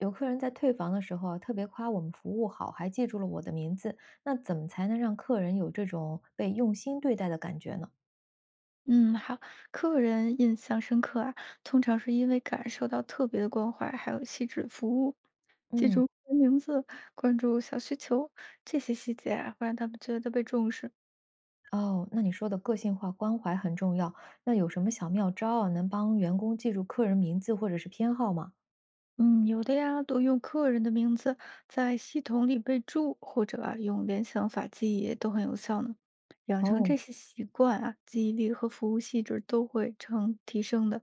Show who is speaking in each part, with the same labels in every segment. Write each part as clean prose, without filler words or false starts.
Speaker 1: 有客人在退房的时候啊，特别夸我们服务好，还记住了我的名字。那怎么才能让客人有这种被用心对待的感觉呢？
Speaker 2: 嗯，好，客人印象深刻啊，通常是因为感受到特别的关怀，还有细致服务，记
Speaker 1: 嗯，
Speaker 2: 住人名字，关注小需求，这些细节啊，会让他们觉得被重视。
Speaker 1: 哦，那你说的个性化关怀很重要。那有什么小妙招啊，能帮员工记住客人名字或者是偏好吗？
Speaker 2: 嗯，有的呀，多用客人的名字在系统里备注，或者啊，用联想法记忆都很有效呢。养成
Speaker 1: 哦，
Speaker 2: 这些习惯啊，记忆力和服务细致都会成提升的。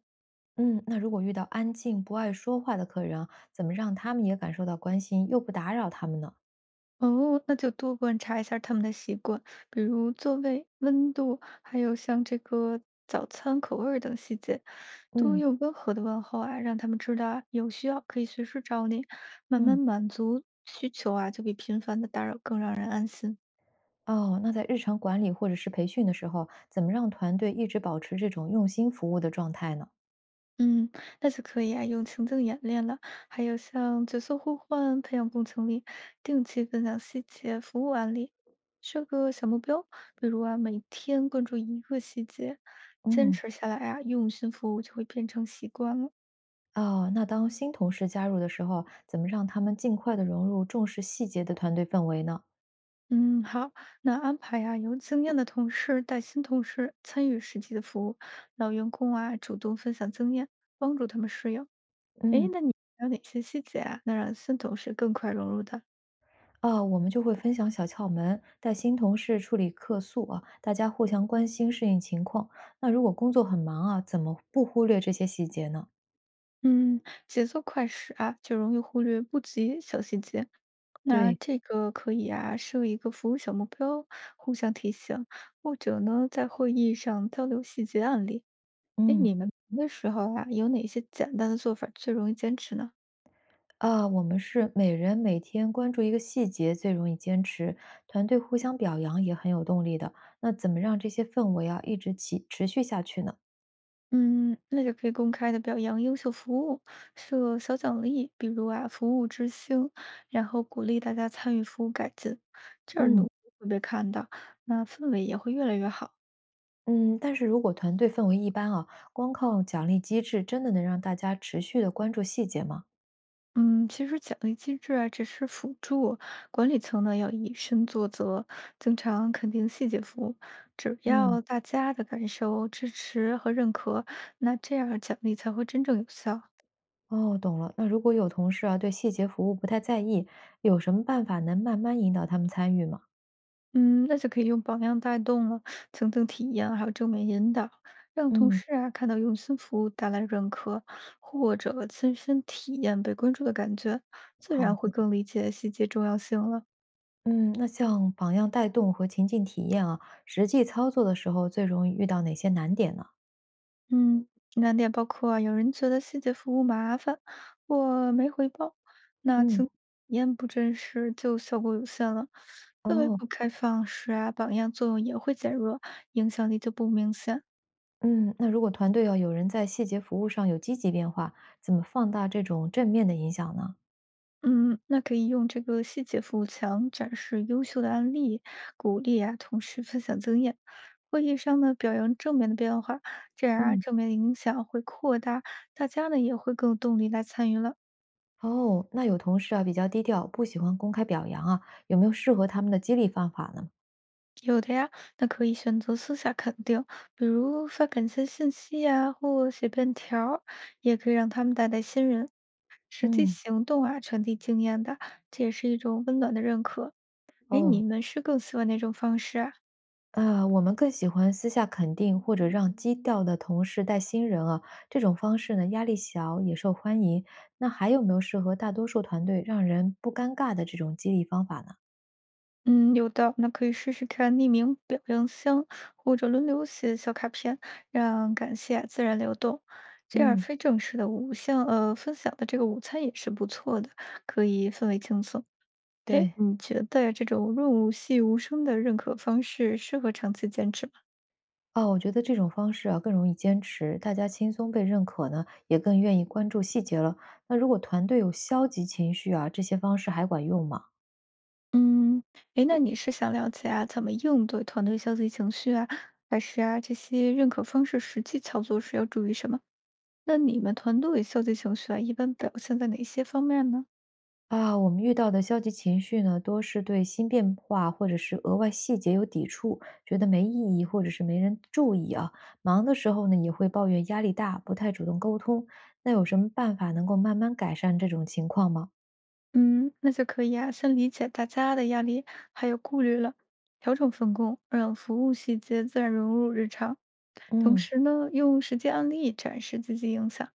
Speaker 1: 嗯，那如果遇到安静不爱说话的客人啊，怎么让他们也感受到关心，又不打扰他们呢？
Speaker 2: 哦，那就多观察一下他们的习惯，比如座位、温度，还有像这个早餐口味儿等细节，多
Speaker 1: 嗯
Speaker 2: 用温和的问候啊，让他们知道啊有需要可以随时找你，慢
Speaker 1: 嗯，
Speaker 2: 慢满足需求啊，就比频繁的打扰更让人安心。
Speaker 1: 哦，那在日常管理或者是培训的时候啊，怎么让团队一直保持这种用心服务的状态呢？
Speaker 2: 嗯，那就可以啊，用情境演练了，还有像角色互换、培养共情力，定期分享细节、服务案例，设个小目标，比如啊，每天关注一个细节，坚
Speaker 1: 嗯，
Speaker 2: 持下来啊，用心服务就会变成习惯了。
Speaker 1: 哦，那当新同事加入的时候，怎么让他们尽快的融入重视细节的团队氛围呢？
Speaker 2: 嗯，好，那安排啊，有经验的同事带新同事参与实际的服务，老员工啊主动分享经验，帮助他们适应。诶，
Speaker 1: 嗯，
Speaker 2: 那你还有哪些细节啊，能让新同事更快融入的？
Speaker 1: 啊，我们就会分享小窍门，带新同事处理客诉啊，大家互相关心适应情况。那如果工作很忙啊，怎么不忽略这些细节呢？
Speaker 2: 嗯，节奏快时啊，就容易忽略不及小细节。那
Speaker 1: 对，
Speaker 2: 这个可以啊，设一个服务小目标，互相提醒，或者呢，在会议上交流细节案例。哎，
Speaker 1: 嗯，
Speaker 2: 你们忙的时候啊，有哪些简单的做法最容易坚持呢？
Speaker 1: 啊，我们是每人每天关注一个细节最容易坚持，团队互相表扬也很有动力的。那怎么让这些氛围啊一直起持续下去呢？
Speaker 2: 嗯，那就可以公开的表扬优秀服务，设小奖励，比如啊，服务之星，然后鼓励大家参与服务改进，这样努
Speaker 1: 嗯。
Speaker 2: 力会被看到，那氛围也会越来越好。
Speaker 1: 嗯，但是如果团队氛围一般啊，光靠奖励机制真的能让大家持续的关注细节吗？
Speaker 2: 嗯，其实奖励机制啊，只是辅助，管理层呢要以身作则，经常肯定细节服务，只
Speaker 1: 嗯，
Speaker 2: 要大家的感受、支持和认可，那这样奖励才会真正有效。
Speaker 1: 哦，懂了。那如果有同事啊对细节服务不太在意，有什么办法能慢慢引导他们参与吗？
Speaker 2: 嗯，那就可以用榜样带动了，层层体验，还有正面引导，让同
Speaker 1: 嗯，
Speaker 2: 事啊看到用心服务带来认可，或者亲身体验被关注的感觉，自
Speaker 1: 好
Speaker 2: 然会
Speaker 1: 的，
Speaker 2: 更理解细节重要性了。
Speaker 1: 嗯，那像榜样带动和情境体验啊，实际操作的时候最容易遇到哪些难点呢？
Speaker 2: 嗯，难点包括啊，有人觉得细节服务麻烦或没回报，那
Speaker 1: 嗯，
Speaker 2: 情体验不真实就效果有限了。氛围
Speaker 1: 哦，
Speaker 2: 不开放时啊，榜样作用也会减弱，影响力就不明显。
Speaker 1: 嗯，那如果团队要有人在细节服务上有积极变化，怎么放大这种正面的影响呢？
Speaker 2: 嗯，那可以用这个细节服务墙展示优秀的案例，鼓励啊同事分享经验。会议上呢，表扬正面的变化，这样啊，
Speaker 1: 嗯。
Speaker 2: 正面的影响会扩大，大家呢也会更有动力来参与了。
Speaker 1: 哦，那有同事啊比较低调，不喜欢公开表扬啊，有没有适合他们的激励方法呢？
Speaker 2: 有的呀，那可以选择私下肯定，比如发感谢信息呀，或写便条儿，也可以让他们带带新人。实际
Speaker 1: 嗯，
Speaker 2: 行动啊，传递经验的，这也是一种温暖的认可。哎，
Speaker 1: 哦，
Speaker 2: 你们是更喜欢哪种方式啊？
Speaker 1: 啊，我们更喜欢私下肯定或者让低调的同事带新人啊，这种方式呢压力小也受欢迎。那还有没有适合大多数团队让人不尴尬的这种激励方法呢？
Speaker 2: 嗯，有的，那可以试试看匿名表扬箱，或者轮流写小卡片，让感谢啊自然流动。这样
Speaker 1: 嗯，
Speaker 2: 非正式的午像分享的这个午餐也是不错的，可以氛围轻松。哎，
Speaker 1: 对。
Speaker 2: 你觉得这种润物细无声的认可方式适合长期坚持吗？
Speaker 1: 哦，我觉得这种方式啊更容易坚持，大家轻松被认可呢，也更愿意关注细节了。那如果团队有消极情绪啊，这些方式还管用吗？
Speaker 2: 嗯，哎，那你是想了解啊，怎么应对团队消极情绪啊，还是啊这些认可方式实际操作时要注意什么？那你们团队消极情绪啊，一般表现在哪些方面呢？
Speaker 1: 啊，我们遇到的消极情绪呢，多是对新变化或者是额外细节有抵触，觉得没意义或者是没人注意啊。忙的时候呢，也会抱怨压力大，不太主动沟通。那有什么办法能够慢慢改善这种情况吗？
Speaker 2: 嗯，那就可以啊，先理解大家的压力还有顾虑了，调整分工，让服务细节自然融入日常。同
Speaker 1: 嗯，
Speaker 2: 时呢，用实际案例展示积极影响，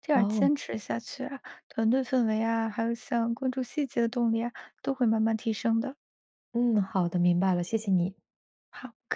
Speaker 2: 这样
Speaker 1: 哦，
Speaker 2: 坚持下去啊，团队氛围啊，还有像关注细节的动力啊，都会慢慢提升的。
Speaker 1: 嗯，好的，明白了，谢谢你。
Speaker 2: 好。